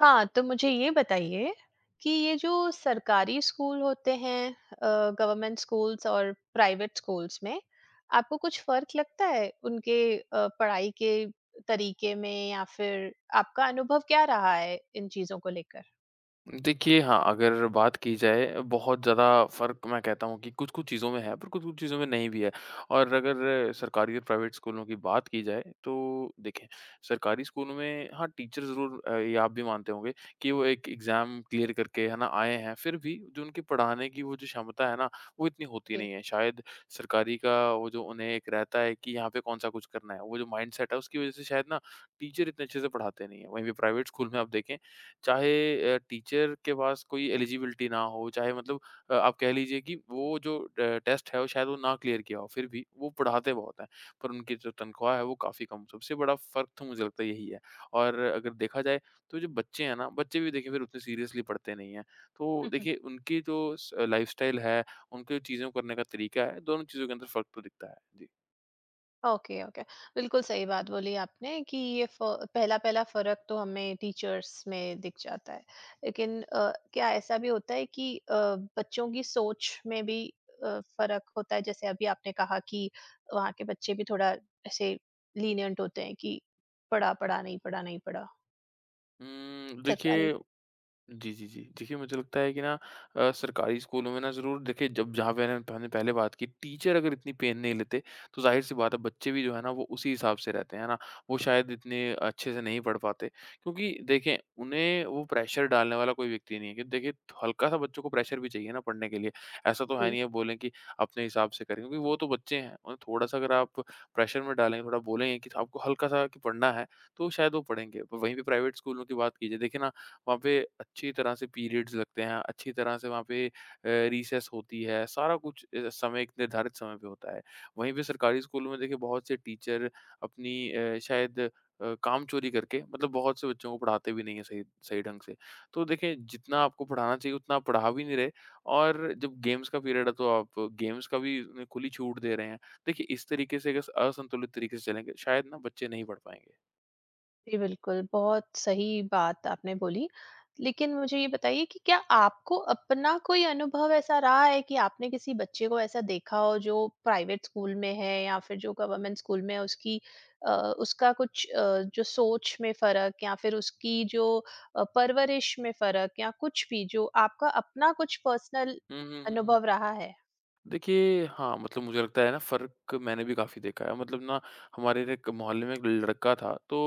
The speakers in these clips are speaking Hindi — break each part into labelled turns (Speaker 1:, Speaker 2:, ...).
Speaker 1: हाँ, तो मुझे ये बताइए कि ये जो सरकारी स्कूल होते हैं, गवर्नमेंट स्कूल्स और प्राइवेट स्कूल्स में, आपको कुछ फ़र्क लगता है उनके पढ़ाई के तरीके में या फिर आपका अनुभव क्या रहा है इन चीज़ों को लेकर?
Speaker 2: देखिए हाँ, अगर बात की जाए बहुत ज़्यादा फ़र्क मैं कहता हूँ कि कुछ-कुछ चीज़ों में है, पर कुछ-कुछ चीज़ों में नहीं भी है। और अगर सरकारी और प्राइवेट स्कूलों की बात की जाए तो देखें, सरकारी स्कूलों में हाँ, टीचर ज़रूर ये आप भी मानते होंगे कि वो एक एग्ज़ाम क्लियर करके है ना आए हैं, फिर भी जो उनकी पढ़ाने की वो जो क्षमता है ना, वो इतनी होती नहीं है। शायद सरकारी का वो जो उन्हें एक रहता है कि यहाँ पे कौन-सा कुछ करना है, वो जो माइंडसेट है उसकी वज़ह से शायद ना टीचर इतने अच्छे से पढ़ाते नहीं हैं। वहीं पे प्राइवेट स्कूल में आप देखें चाहे टीचर के पास कोई एलिजिबिलिटी ना हो, चाहे मतलब आप कह लीजिए कि वो जो टेस्ट है वो शायद वो ना क्लियर किया हो, फिर भी वो पढ़ाते बहुत हैं, पर उनकी जो तनख्वाह है वो काफ़ी कम, सबसे बड़ा फ़र्क तो मुझे लगता है यही है। और अगर देखा जाए तो जो बच्चे हैं ना, बच्चे भी देखिए फिर उतने सीरियसली पढ़ते नहीं हैं। तो
Speaker 1: जी।
Speaker 2: देखिए उनकी जो स लाइफ़स्टाइल है, उनके जो चीज़ों को करने का तरीका है, दोनों चीज़ों के अंदर फ़र्क तो दिखता है। जी।
Speaker 1: ओके, ओके, बिल्कुल सही बात बोली आपने कि ये पहला पहला फर्क तो हमें टीचर्स में दिख जाता है, लेकिन क्या ऐसा भी होता है कि बच्चों की सोच में भी फर्क होता है। जैसे अभी आपने कहा कि वहाँ के बच्चे भी थोड़ा ऐसे लीनियंट होते हैं कि पढ़ा पढ़ा नहीं पढ़ा नहीं पढ़ा सरकारी।
Speaker 2: देखिए जी, जी, जी। देखिए, मुझे लगता है कि ना सरकारी स्कूलों में ना ज़रूर देखिए जब जहाँ पे ना हमने पहले बात की टीचर अगर इतनी पेन नहीं लेते, तो ज़ाहिर-सी बात है बच्चे भी जो है ना वो उसी हिसाब से रहते हैं, है ना? वो शायद इतने अच्छे से नहीं पढ़ पाते क्योंकि देखें उन्हें वो प्रेशर डालने वाला कोई व्यक्ति नहीं है कि देखिए हल्का-सा बच्चों को प्रेशर भी चाहिए ना पढ़ने के लिए। ऐसा तो है नहीं है बोलें कि अपने हिसाब से करें क्योंकि वो तो बच्चे हैं, उन्हें थोड़ा-सा अगर आप प्रेशर में डालेंगे, थोड़ा बोलेंगे कि आपको हल्का-सा कि पढ़ना है, तो शायद वो पढ़ेंगे। पर वहीं पे प्राइवेट स्कूलों की बात कीजिए, देखिए ना वहाँ पे अच्छी तरह से पीरियड्स लगते हैं, अच्छी तरह से वहाँ पे रिसेस होती है, सारा कुछ समय एक निर्धारित समय पे होता है। वहीं पे सरकारी स्कूलों में देखिए बहुत से टीचर अपनी शायद काम-चोरी करके मतलब बहुत से बच्चों को पढ़ाते भी नहीं हैं सही सही ढंग से। तो देखिए जितना आपको पढ़ाना चाहिए उतना आप पढ़ा भी नहीं रहे और जब गेम्स का पीरियड है तो आप गेम्स का भी उन्हें खुली छूट दे रहे हैं। देखिए इस तरीके से अगर असंतुलित तरीके से चलेंगे शायद ना बच्चे नहीं पढ़ पाएँगे।
Speaker 1: जी, बिल्कुल, बहुत सही बात आपने बोली। लेकिन मुझे ये बताइए कि क्या आपको अपना कोई अनुभव ऐसा रहा है कि आपने किसी बच्चे को ऐसा देखा हो जो प्राइवेट स्कूल में है या फिर जो गवर्नमेंट स्कूल में है, उसकी अ, उसका कुछ जो सोच में फ़र्क या फिर उसकी जो परवरिश में फ़र्क या कुछ भी जो आपका अपना कुछ पर्सनल
Speaker 2: हुँ, हुँ, हुँ, हुँ।
Speaker 1: अनुभव रहा है?
Speaker 2: देखिए, हाँ, मतलब मुझे लगता है ना फ़र्क मैंने भी काफ़ी देखा है। मतलब ना हमारे ना एक मोहल्ले में एक लड़का था तो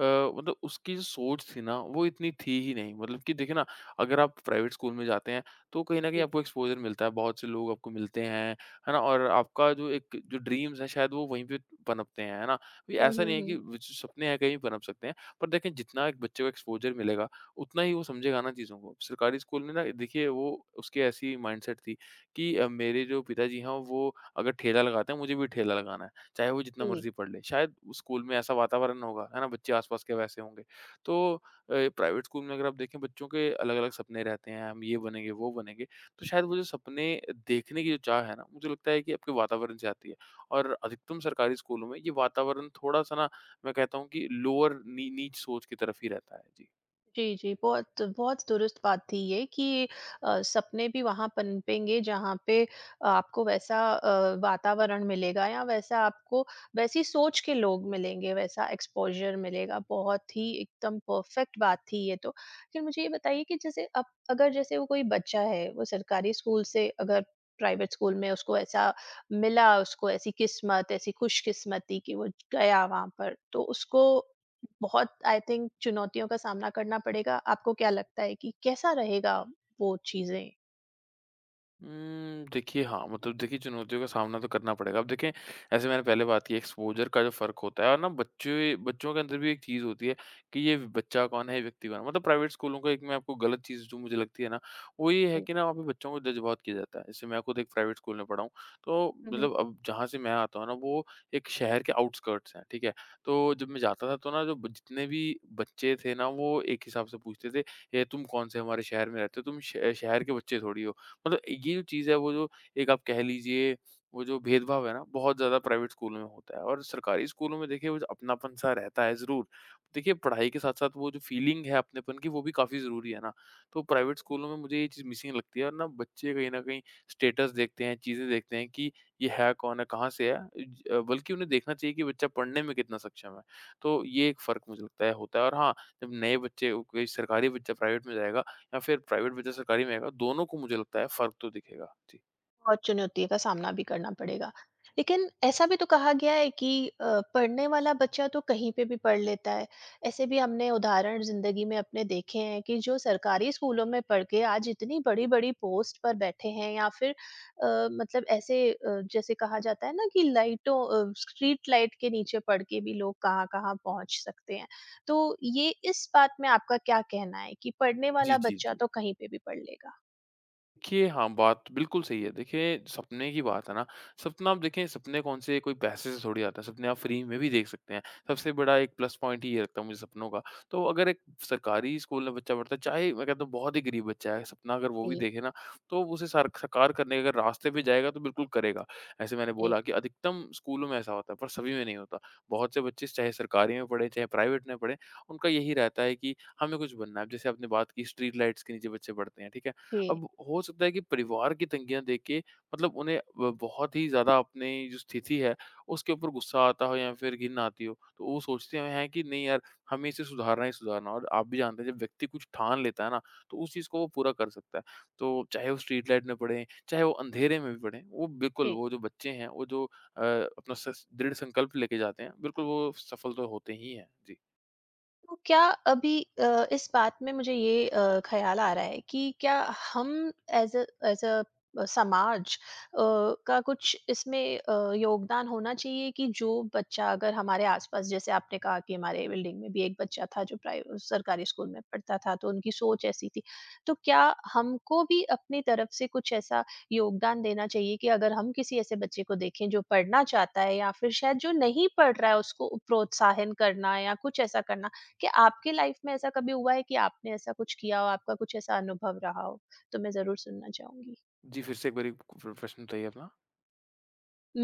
Speaker 2: मतलब उसकी जो सोच थी ना वो इतनी थी ही नहीं। मतलब कि देखिए ना अगर आप प्राइवेट स्कूल में जाते हैं तो कहीं न कहीं
Speaker 1: जी।
Speaker 2: आपको एक्सपोज़र मिलता है, बहुत से लोग आपको मिलते हैं, है ना? और आपका जो एक जो ड्रीम्स हैं शायद वो वहीं पे पनपते हैं, है ना? तो ये
Speaker 1: हुँ,
Speaker 2: ऐसा
Speaker 1: हुँ,
Speaker 2: नहीं है कि
Speaker 1: हुँ।
Speaker 2: वो जो सपने हैं कहीं भी पनप सकते हैं। पर देखें जितना एक बच्चे को एक्सपोज़र मिलेगा उतना ही वो समझेगा ना चीज़ों को। सरकारी स्कूल में ना देखिए वो उसकी ऐसी माइंडसेट थी कि मेरे जो पिताजी हैं वो अगर ठेला लगाते हैं मुझे भी ठेला लगाना है, चाहे वो जितना
Speaker 1: जी।
Speaker 2: मर्ज़ी पढ़ ले। शायद उस स्कूल में ऐसा वातावरण होगा, है ना? बच्चे आस-पास के वैसे होंगे। तो प्राइवेट स्कूल में अगर आप देखें बच्चों के अलग-अलग सपने रहते हैं, हम ये बनेंगे, वो बनेंगे। तो शायद वो जो सपने देखने की जो चाह है ना, मुझे लगता है कि आपके वातावरण से आती है और अधिकतम सरकारी स्कूलों में ये वातावरण थोड़ा-सा ना मैं कहता हूँ कि लोअर नी नीच सोच की तरफ ही रहता है। जी।
Speaker 1: जी, जी, बहुत बहुत दुरुस्त बात थी ये कि सपने भी वहाँ पनपेंगे जहाँ पे आपको वैसा वातावरण मिलेगा या वैसा आपको वैसी सोच के लोग मिलेंगे, वैसा एक्सपोज़र मिलेगा। बहुत ही एकदम परफ़ेक्ट बात थी ये तो। फिर मुझे ये बताइए कि जैसे अब अगर जैसे वो कोई बच्चा है, वो सरकारी स्कूल से अगर प्राइवेट स्कूल में उसको ऐसा मिला, उसको ऐसी किस्मत, ऐसी खुशकिस्मती कि वो गया वहाँ पर, तो उसको बहुत आई थिंक चुनौतियों का सामना करना पड़ेगा। आपको क्या लगता है कि कैसा रहेगा वो चीज़ें?
Speaker 2: देखिए हाँ, मतलब देखिए चुनौतियों का सामना तो करना पड़ेगा। अब देखें ऐसे मैंने पहले बात की एक्सपोज़र का जो फ़र्क होता है और ना बच्चे बच्चों के अंदर भी एक चीज़ होती है कि ये बच्चा कौन है, ये व्यक्ति कौन है। मतलब प्राइवेट स्कूलों का एक मैं आपको गलत चीज़ जो मुझे लगती है ना, वो ये है कि ना वहाँ पे बच्चों को जज बहुत किया जाता है। जैसे मैं खुद एक प्राइवेट स्कूल में पढ़ा हूँ, तो
Speaker 1: हुँ।
Speaker 2: मतलब अब जहाँ से मैं आता हूँ ना वो एक शहर के आउटस्कर्ट्स हैं, ठीक है? तो जब मैं जाता था तो ना जो ब जितने भी बच्चे थे ना वो एक हिसाब से पूछते थे, "ये तुम कौन से हमारे शहर में रहते हो? तुम श शहर के बच्चे थोड़ी हो।" मतलब ये जो चीज़ है वो जो एक आप कह लीजिए वो जो भेदभाव है ना बहुत ज़्यादा प्राइवेट स्कूलों में होता है और सरकारी स्कूलों में देखिए वो जो अपनापन सा रहता है ज़रूर। देखिए पढ़ाई के साथ-साथ वो जो फीलिंग है अपनेपन की वो भी काफ़ी ज़रूरी है ना। तो प्राइवेट स्कूलों में मुझे ये चीज़ मिसिंग लगती है और ना बच्चे कहीं न कहीं स्टेटस देखते हैं, चीज़ें देखते हैं कि ये है कौन है, कहाँ से है? ज बल्कि उन्हें देखना चाहिए कि बच्चा पढ़ने में कितना सक्षम है। तो ये एक फ़र्क मुझे लगता है होता है और हाँ, जब नए बच्चे कोई सरकारी बच्चा प्राइवेट में जाएगा या फिर प्राइवेट बचा सरकारी में आएगा, दोनों को मुझे लगता है फ़र्क तो दिखेगा। जी।
Speaker 1: बहुत चुनौतियों का सामना भी करना पड़ेगा। लेकिन ऐसा भी तो कहा गया है कि पढ़ने वाला बच्चा तो कहीं पे भी पढ़ लेता है। ऐसे भी हमने उदाहरण ज़िंदगी में अपने देखे हैं कि जो सरकारी स्कूलों में पढ़ के आज इतनी बड़ी-बड़ी पोस्ट पर बैठे हैं या फिर मतलब ऐसे जैसे कहा जाता है ना कि स्ट्रीट लाइट के नीचे पढ़ के भी लोग कहाँ-कहाँ पहुँच सकते हैं। तो ये इस बात में आपका क्या कहना है कि पढ़ने
Speaker 2: जी,
Speaker 1: वाला
Speaker 2: जी,
Speaker 1: बच्चा
Speaker 2: जी।
Speaker 1: तो कहीं पे भी पढ़ लेगा?
Speaker 2: देखिए, हाँ, बात बिल्कुल सही है। देखिए, सपने की बात है ना, सपना आप देखें सपने कौन-से कोई पैसे से थोड़ी आता है, सपने आप फ्री में भी देख सकते हैं। सबसे बड़ा एक प्लस पॉइंट ही ये लगता है मुझे सपनों का। तो अगर एक सरकारी स्कूल में बच्चा पढ़ता है, चाहे मैं कहता हूँ बहुत ही गरीब बच्चा है, सपना अगर वो भी
Speaker 1: जी,
Speaker 2: देखे ना, तो उसे सार साकार करने के अगर रास्ते पे जाएगा तो बिल्कुल करेगा। ऐसे मैंने
Speaker 1: जी,
Speaker 2: बोला कि अधिकतम स्कूलों में ऐसा होता है, पर सभी में नहीं होता। बहुत से बच्चे चाहे सरकारी में पढ़ें, चाहे प्राइवेट में पढ़ें, उनका यही रहता है कि हमें कुछ बनना है। अब जैसे आपने बात की स्ट्रीट लाइट्स के नीचे बच्चे पढ़ते हैं, ठीक है?
Speaker 1: जी,
Speaker 2: अब हो सकता है कि परिवार की तंगियाँ देख के मतलब उन्हें ब बहुत ही ज़्यादा अपनी जो स्थिति है, उसके ऊपर गुस्सा आता हो या फिर घिन आती हो। तो वो सोचते हैं कि नहीं यार, हमें इसे सुधारना ही सुधारना है और आप भी जानते हैं जब व्यक्ति कुछ ठान लेता है ना, तो उस चीज़ को वो पूरा कर सकता है। तो चाहे वो स्ट्रीट लाइट में पढ़ें, चाहे वो अंधेरे में भी पढ़ें, वो बिल्कुल
Speaker 1: जी।
Speaker 2: वो जो बच्चे हैं, वो जो अपना सस दृढ़ संकल्प लेके जाते हैं, बिल्कुल वो सफल तो होते ही हैं। जी।
Speaker 1: तो क्या अभी इस बात में मुझे ये ख्याल आ रहा है कि क्या हम एज अ समाज अ, का कुछ इसमें योगदान होना चाहिए कि जो बच्चा अगर हमारे आसपास, जैसे आपने कहा कि हमारे बिल्डिंग में भी एक बच्चा था जो प्राइवेट सरकारी स्कूल में पढ़ता था तो उनकी सोच ऐसी थी, तो क्या हमको भी अपनी तरफ से कुछ ऐसा योगदान देना चाहिए कि अगर हम किसी ऐसे बच्चे को देखें जो पढ़ना चाहता है या फिर शायद जो नहीं पढ़ रहा है, उसको प्रोत्साहन करना या कुछ ऐसा करना कि आपकी लाइफ में ऐसा कभी हुआ है कि आपने ऐसा कुछ किया हो, आपका कुछ ऐसा अनुभव रहा हो? तो मैं ज़रूर सुनना चाहूँगी।
Speaker 2: जी, फिर से एक बारी क प्रश्न बताइए अपना?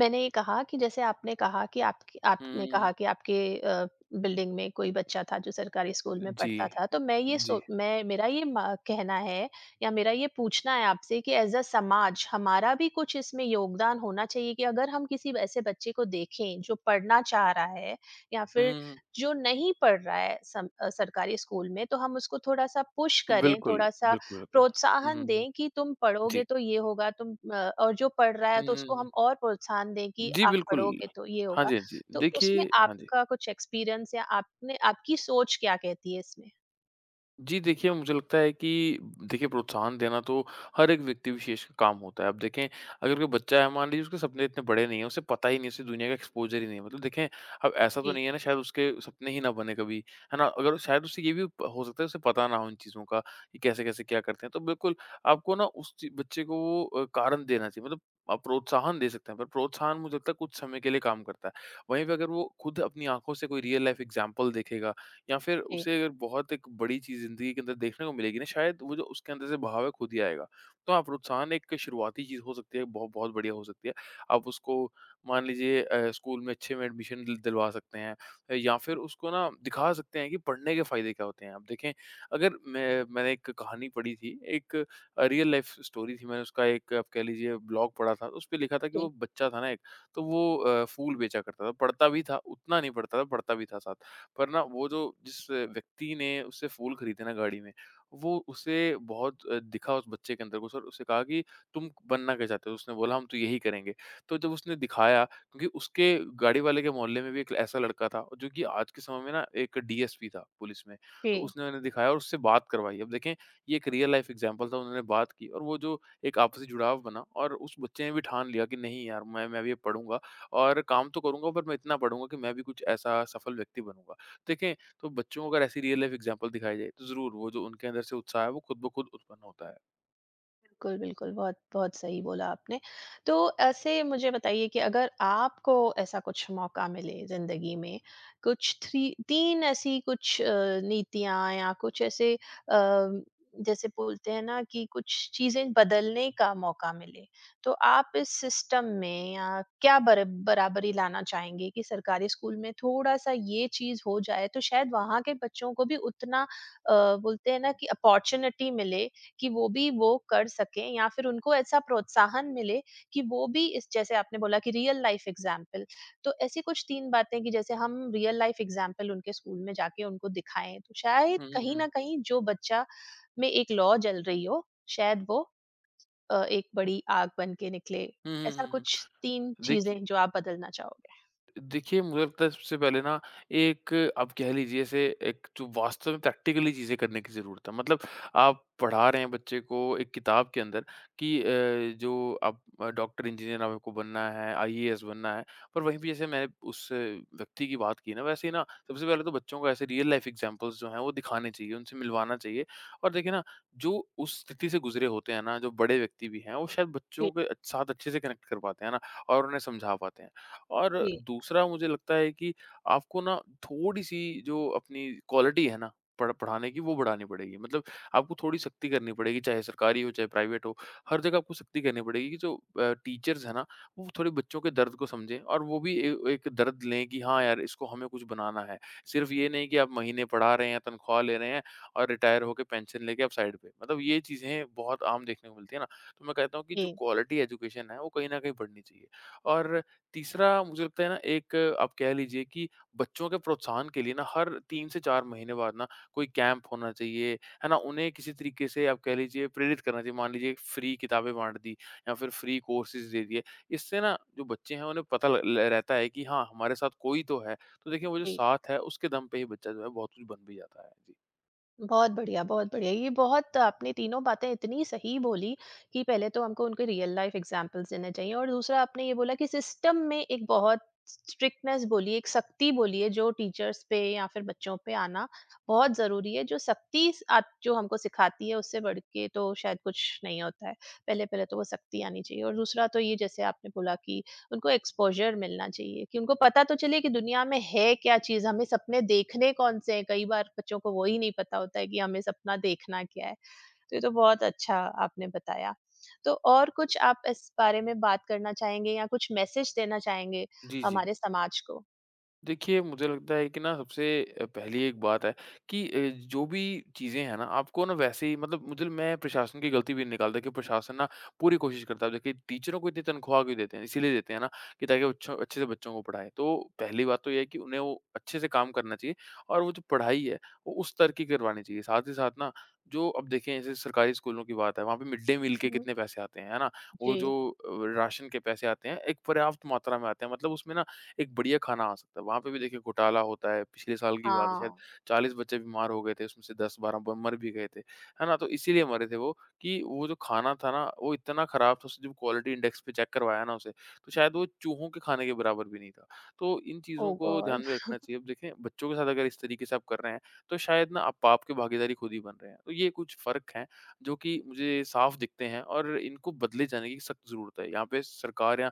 Speaker 1: मैंने ये कहा कि जैसे आपने कहा कि आपकी
Speaker 2: हुँ,
Speaker 1: आपने
Speaker 2: हुँ,
Speaker 1: कहा
Speaker 2: हुँ।
Speaker 1: कि आपके बिल्डिंग में कोई बच्चा था जो सरकारी स्कूल में
Speaker 2: जी।
Speaker 1: पढ़ता था, तो मैं ये
Speaker 2: जी।
Speaker 1: सो मैं मेरा ये मा कहना है या मेरा ये पूछना है आपसे कि एज़ अ समाज हमारा भी कुछ इसमें योगदान होना चाहिए कि अगर हम किसी ऐसे बच्चे को देखें जो पढ़ना चाह रहा है या
Speaker 2: हुँ,
Speaker 1: फिर
Speaker 2: हुँ, हुँ।
Speaker 1: जो नहीं पढ़ रहा है सरकारी स्कूल में, तो हम उसको थोड़ा-सा पुश करें,
Speaker 2: बिल्कुल,
Speaker 1: थोड़ा-सा
Speaker 2: बिल्कुल, बिल्कुल। हुँ,
Speaker 1: प्रोत्साहन
Speaker 2: हुँ, हुँ।
Speaker 1: दें कि तुम
Speaker 2: जी।
Speaker 1: पढ़ोगे तो ये होगा तुम और जो पढ़ रहा
Speaker 2: हुँ,
Speaker 1: है तो
Speaker 2: हुँ,
Speaker 1: उसको हम
Speaker 2: हुँ।
Speaker 1: और प्रोत्साहन दें कि
Speaker 2: जी,
Speaker 1: आप
Speaker 2: बिल्कुल।
Speaker 1: पढ़ोगे तो ये
Speaker 2: हाँ
Speaker 1: होगा।
Speaker 2: जी, हाँ जी।
Speaker 1: तो उसमें
Speaker 2: देखिए हाँ जी।
Speaker 1: आपका कुछ एक्सपीरियंस या आपने आपकी सोच क्या कहती है इसमें?
Speaker 2: जी, देखिए मुझे लगता है कि देखिए प्रोत्साहन देना तो हर एक व्यक्ति विशेष का काम होता है। अब देखें अगर कोई बच्चा है मान लीजिए उसके सपने इतने बड़े नहीं हैं, उसे पता ही नहीं है, उसे दुनिया का एक्सपोज़र ही नहीं है। मतलब देखें अब ऐसा तो
Speaker 1: जी,
Speaker 2: नहीं है ना शायद उसके सपने ही ना बने कभी, है ना? अगर शायद उसे ये भी प हो सकता है उसे पता ना हो इन चीज़ों का कि कैसे-कैसे क्या करते हैं। तो बिल्कुल आपको ना उस ची बच्चे को वो कारण देना चाहिए मतलब आप प्रोत्साहन दे सकते हैं, पर प्रोत्साहन मुझे लगता है कुछ समय के लिए काम करता है। वहीं पे अगर वो खुद अपनी आँखों से कोई रियल लाइफ़ एग्ज़ाम्पल देखेगा या फिर
Speaker 1: जी,
Speaker 2: उसे अगर बहुत एक बड़ी चीज़ ज़िंदगी के अंदर देखने को मिलेगी ना शायद वो जो उसके अंदर से बहाव है खुद ही आएगा। तो हाँ, प्रोत्साहन एक शुरुआती चीज़ हो सकती है, बहुत बहुत बढ़िया हो सकती है। आप उसको मान लीजिए स्कूल में अच्छे में एडमिशन दिलवा सकते हैं या फिर उसको ना दिखा सकते हैं कि पढ़ने के फ़ायदे क्या होते हैं। आप देखें अगर मैंने एक कहानी पढ़ी थी, एक रियल लाइफ़ स्टोरी थी, मैंने उसका एक आप कह लीजिए ब्लॉग पढ़ा था, उसपे लिखा था कि वो
Speaker 1: जी।
Speaker 2: बच्चा था ना एक, तो वो फूल बेचा करता था। पढ़ता भी था, उतना नहीं पढ़ता था, पढ़ता भी था साथ पर ना वो जो जिस व्यक्ति ने उससे फूल खरीदे ना गाड़ी में, वो उसे बहुत दिखा उस बच्चे के अंदर कुछ और उससे कहा कि तुम बनना क्या चाहते हो? उसने बोला हम तो यही करेंगे। तो जब उसने दिखाया क्योंकि उसके गाड़ी वाले के मोहल्ले में भी एक ऐसा लड़का था जो कि आज के समय में ना एक डीएसपी था पुलिस में। तो
Speaker 1: जी।
Speaker 2: उसने उन्हें दिखाया और उससे बात करवाई। अब देखें ये एक रियल लाइफ एग्ज़ाम्पल था, उन्होंने बात की और वो जो एक आपसी जुड़ाव बना और उस बच्चे ने भी ठान लिया कि नहीं यार मैं भी अब पढ़ूँगा और काम तो करूँगा पर मैं इतना पढ़ूँगा कि मैं भी कुछ ऐसा सफल व्यक्ति बनूँगा। देखें, तो बच्चों को अगर ऐसी रियल लाइफ एग्ज़ाम्पल दिखाई जाए, तो ज़रूर वो जो उनके अंदर से उत्साह है, वो खुद ब खुद उत्पन्न होता है।
Speaker 1: बिल्कुल, बिल्कुल। बहुत, बहुत सही बोला आपने। तो ऐसे मुझे बताइए कि अगर आपको ऐसा कुछ मौका मिले ज़िंदगी में, कुछ थ्री 3 ऐसी कुछ नीतियाँ या कुछ ऐसे अ, जैसे बोलते हैं ना कि कुछ चीज़ें बदलने का मौका मिले, तो आप इस सिस्टम में या क्या बर बराबरी लाना चाहेंगे कि सरकारी स्कूल में थोड़ा-सा ये चीज़ हो जाए, तो शायद वहाँ के बच्चों को भी उतना बोलते हैं ना कि अपॉर्च्युनिटी मिले कि वो भी वो कर सकें या फिर उनको ऐसा प्रोत्साहन मिले कि वो भी इस, जैसे आपने बोला कि रियल लाइफ एग्जाम्पल, तो ऐसी कुछ तीन बातें कि जैसे हम रियल लाइफ एग्जाम्पल उनके स्कूल में जाके उनको दिखाएं तो शायद
Speaker 2: हुँ, हुँ,
Speaker 1: कहीं ना
Speaker 2: हुँ।
Speaker 1: कहीं जो बच्चा में एक लॉ जल रही हो, शायद वो एक बड़ी आग बन के निकले।
Speaker 2: हुँ, हुँ,
Speaker 1: ऐसा
Speaker 2: हुँ,
Speaker 1: कुछ
Speaker 2: हुँ।
Speaker 1: तीन
Speaker 2: देखिए
Speaker 1: चीजें जो आप बदलना चाहोगे।
Speaker 2: देखिए, मुझे लगता है सबसे पहले ना एक आप कह लीजिए ऐसे एक जो वास्तव में प्रैक्टिकली चीज़ें करने की ज़रूरत है। मतलब आप पढ़ा रहे हैं बच्चे को एक किताब के अंदर कि जो आप डॉक्टर, इंजीनियर आपको बनना है, आईएएस बनना है। पर वहीं पे जैसे मैं उस व्यक्ति की बात की ना, वैसे ही ना सबसे पहले तो बच्चों को ऐसे रियल लाइफ़ एग्ज़ाम्पल्स जो हैं वो दिखाने चाहिए, उनसे मिलवाना चाहिए। और देखिए ना, जो उस स्थिति से गुज़रे होते हैं ना, जो बड़े व्यक्ति भी हैं, वो शायद बच्चों
Speaker 1: जी,
Speaker 2: के साथ अच्छे से कनेक्ट कर पाते हैं ना और उन्हें समझा पाते हैं। और
Speaker 1: जी,
Speaker 2: दूसरा मुझे लगता है कि आपको ना थोड़ी-सी जो अपनी क्वालिटी है ना, पढ़ाने की वो बढ़ानी पड़ेगी। मतलब आपको थोड़ी सख्ती करनी पड़ेगी, चाहे सरकारी हो, चाहे प्राइवेट हो, हर जगह आपको सख्ती करनी पड़ेगी कि जो टीचर्स हैं ना, वो थोड़े बच्चों के दर्द को समझें और वो भी ए एक दर्द लें कि हाँ यार, इसको हमें कुछ बनाना है। सिर्फ ये नहीं कि आप महीने पढ़ा रहे हैं, तनख्वाह ले रहे हैं और रिटायर होके पेंशन लेके आप साइड पे। मतलब ये चीज़ें बहुत आम देखने को मिलती है ना, तो मैं कहता हूँ कि जो
Speaker 1: जी,
Speaker 2: क्वालिटी एजुकेशन है, वो कहीं न कहीं बढ़नी चाहिए। और तीसरा मुझे लगता है ना एक आप कह लीजिए कि बच्चों के प्रोत्साहन के लिए ना हर 3 से 4 महीने बाद ना कोई कैंप होना चाहिए, है ना? उन्हें किसी तरीके से आप कह लीजिए प्रेरित करना चाहिए। मान लीजिए फ्री किताबें बाँट दी या फिर फ्री कोर्सेज़ दे दिए। इससे ना जो बच्चे हैं उन्हें पता ल ल रहता है कि हाँ, हमारे साथ कोई तो है। तो देखिए वो जो
Speaker 1: जी।
Speaker 2: साथ है उसके दम पे ही बच्चा जो है बहुत कुछ बन भी जाता है। जी।
Speaker 1: बहुत बढ़िया, बहुत बढ़िया। ये बहुत आपने तीनों बातें इतनी सही बोली कि पहले तो हमको उनके रियल लाइफ एग्ज़ाम्पल्स देने चाहिए, और दूसरा आपने ये बोला कि सिस्टम में एक बहुत स्ट्रिक्टनेस बोली, एक सख्ती बोली है जो टीचर्स पे या फिर बच्चों पे आना बहुत ज़रूरी है। जो सख्ती स आप जो हमको सिखाती है उससे बढ़ के तो शायद कुछ नहीं होता है। पहले-पहले तो वो सख्ती आनी चाहिए और दूसरा तो ये जैसे आपने बोला कि उनको एक्सपोज़र मिलना चाहिए कि उनको पता तो चले कि दुनिया में है क्या चीज़, हमें सपने देखने कौन से हैं। कई बार बच्चों को वो ही नहीं पता होता है कि हमें सपना देखना क्या है। तो ये तो बहुत अच्छा आपने बताया। तो और कुछ आप इस बारे में बात करना चाहेंगे या कुछ मैसेज देना चाहेंगे
Speaker 2: जी, जी।
Speaker 1: हमारे समाज को?
Speaker 2: देखिए, मुझे लगता है कि ना सबसे पहली एक बात है कि जो भी चीज़ें हैं ना आपको ना वैसे ही मतलब मुझे मैं प्रशासन की गलती भी नहीं निकालता कि प्रशासन ना पूरी कोशिश करता है। देखिए टीचरों को इतनी तनख्वाह क्यों देते हैं? इसीलिए देते हैं ना कि ताकि बच्चों अच्छे से बच्चों को पढ़ाएँ। तो पहली बात तो ये है कि उन्हें वो अच्छे से काम करना चाहिए और वो जो पढ़ाई है वो उस स्तर की करवानी चाहिए। साथ ही साथ ना जो अब देखें जैसे सरकारी स्कूलों की बात है वहाँ पे मिड डे मील के
Speaker 1: हुँ, हुँ।
Speaker 2: कितने पैसे आते हैं, है ना? वो जो
Speaker 1: जी,
Speaker 2: राशन के पैसे आते हैं एक पर्याप्त मात्रा में आते हैं। मतलब उसमें ना एक बढ़िया खाना आ सकता है। वहाँ पे भी देखिए घोटाला होता है, पिछले साल की बात है शायद
Speaker 1: हाँ।
Speaker 2: 40 बच्चे बीमार हो गए थे, उसमें से 10-12 ब मर भी गए थे। है ना? तो इसीलिए मरे थे वो कि वो जो खाना था ना, वो इतना खराब था, उसने जब क्वालिटी इंडेक्स पे चेक करवाया ना उसे, तो शायद वो चूहों के खाने के बराबर भी नहीं था। तो इन चीज़ों
Speaker 1: ओह
Speaker 2: को ध्यान
Speaker 1: गॉड!
Speaker 2: में रखना चाहिए। अब देखें, बच्चों के साथ अगर इस तरीके से आप कर रहे हैं, तो शायद ना आप पाप के भागीदारी खुद ही बन रहे हैं। तो ये कुछ फ़र्क हैं, जो कि मुझे साफ दिखते हैं और इनको बदले जाने की सख्त ज़रूरत है। यहाँ पे सरकार या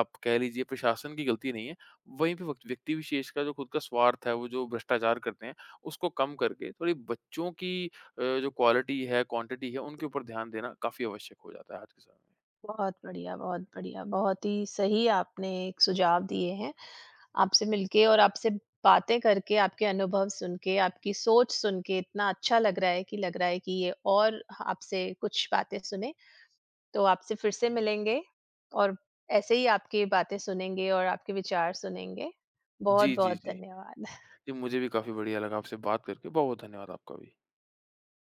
Speaker 2: आप कह लीजिए प्रशासन की गलती नहीं है। वहीं पे वक्त व्यक्ति विशेष का जो खुद का स्वार्थ है, वो जो भ्रष्टाचार करते हैं, उसको कम करके थोड़ी बच्चों की जो क्वालिटी है, क्वांटिटी है, उनके ऊपर ध्यान देना काफ़ी आवश्यक हो जाता है आज के समय में।
Speaker 1: बहुत बढ़िया, बहुत बढ़िया। बहुत ही सही आपने एक सुझाव दिए हैं। आपसे मिलके और आपसे बातें करके, आपके अनुभव सुन के, आपकी सोच सुन के इतना अच्छा लग रहा है कि लग रहा है कि ये और आपसे कुछ बातें सुने। तो आपसे फिर से मिलेंगे और ऐसे ही आपकी बातें सुनेंगे और आपके विचार सुनेंगे।
Speaker 2: जी, जी,
Speaker 1: बहुत-बहुत
Speaker 2: जी। जी,
Speaker 1: धन्यवाद।
Speaker 2: मुझे भी काफ़ी बढ़िया लगा आपसे बात करके। बहुत-बहुत धन्यवाद आपका भी।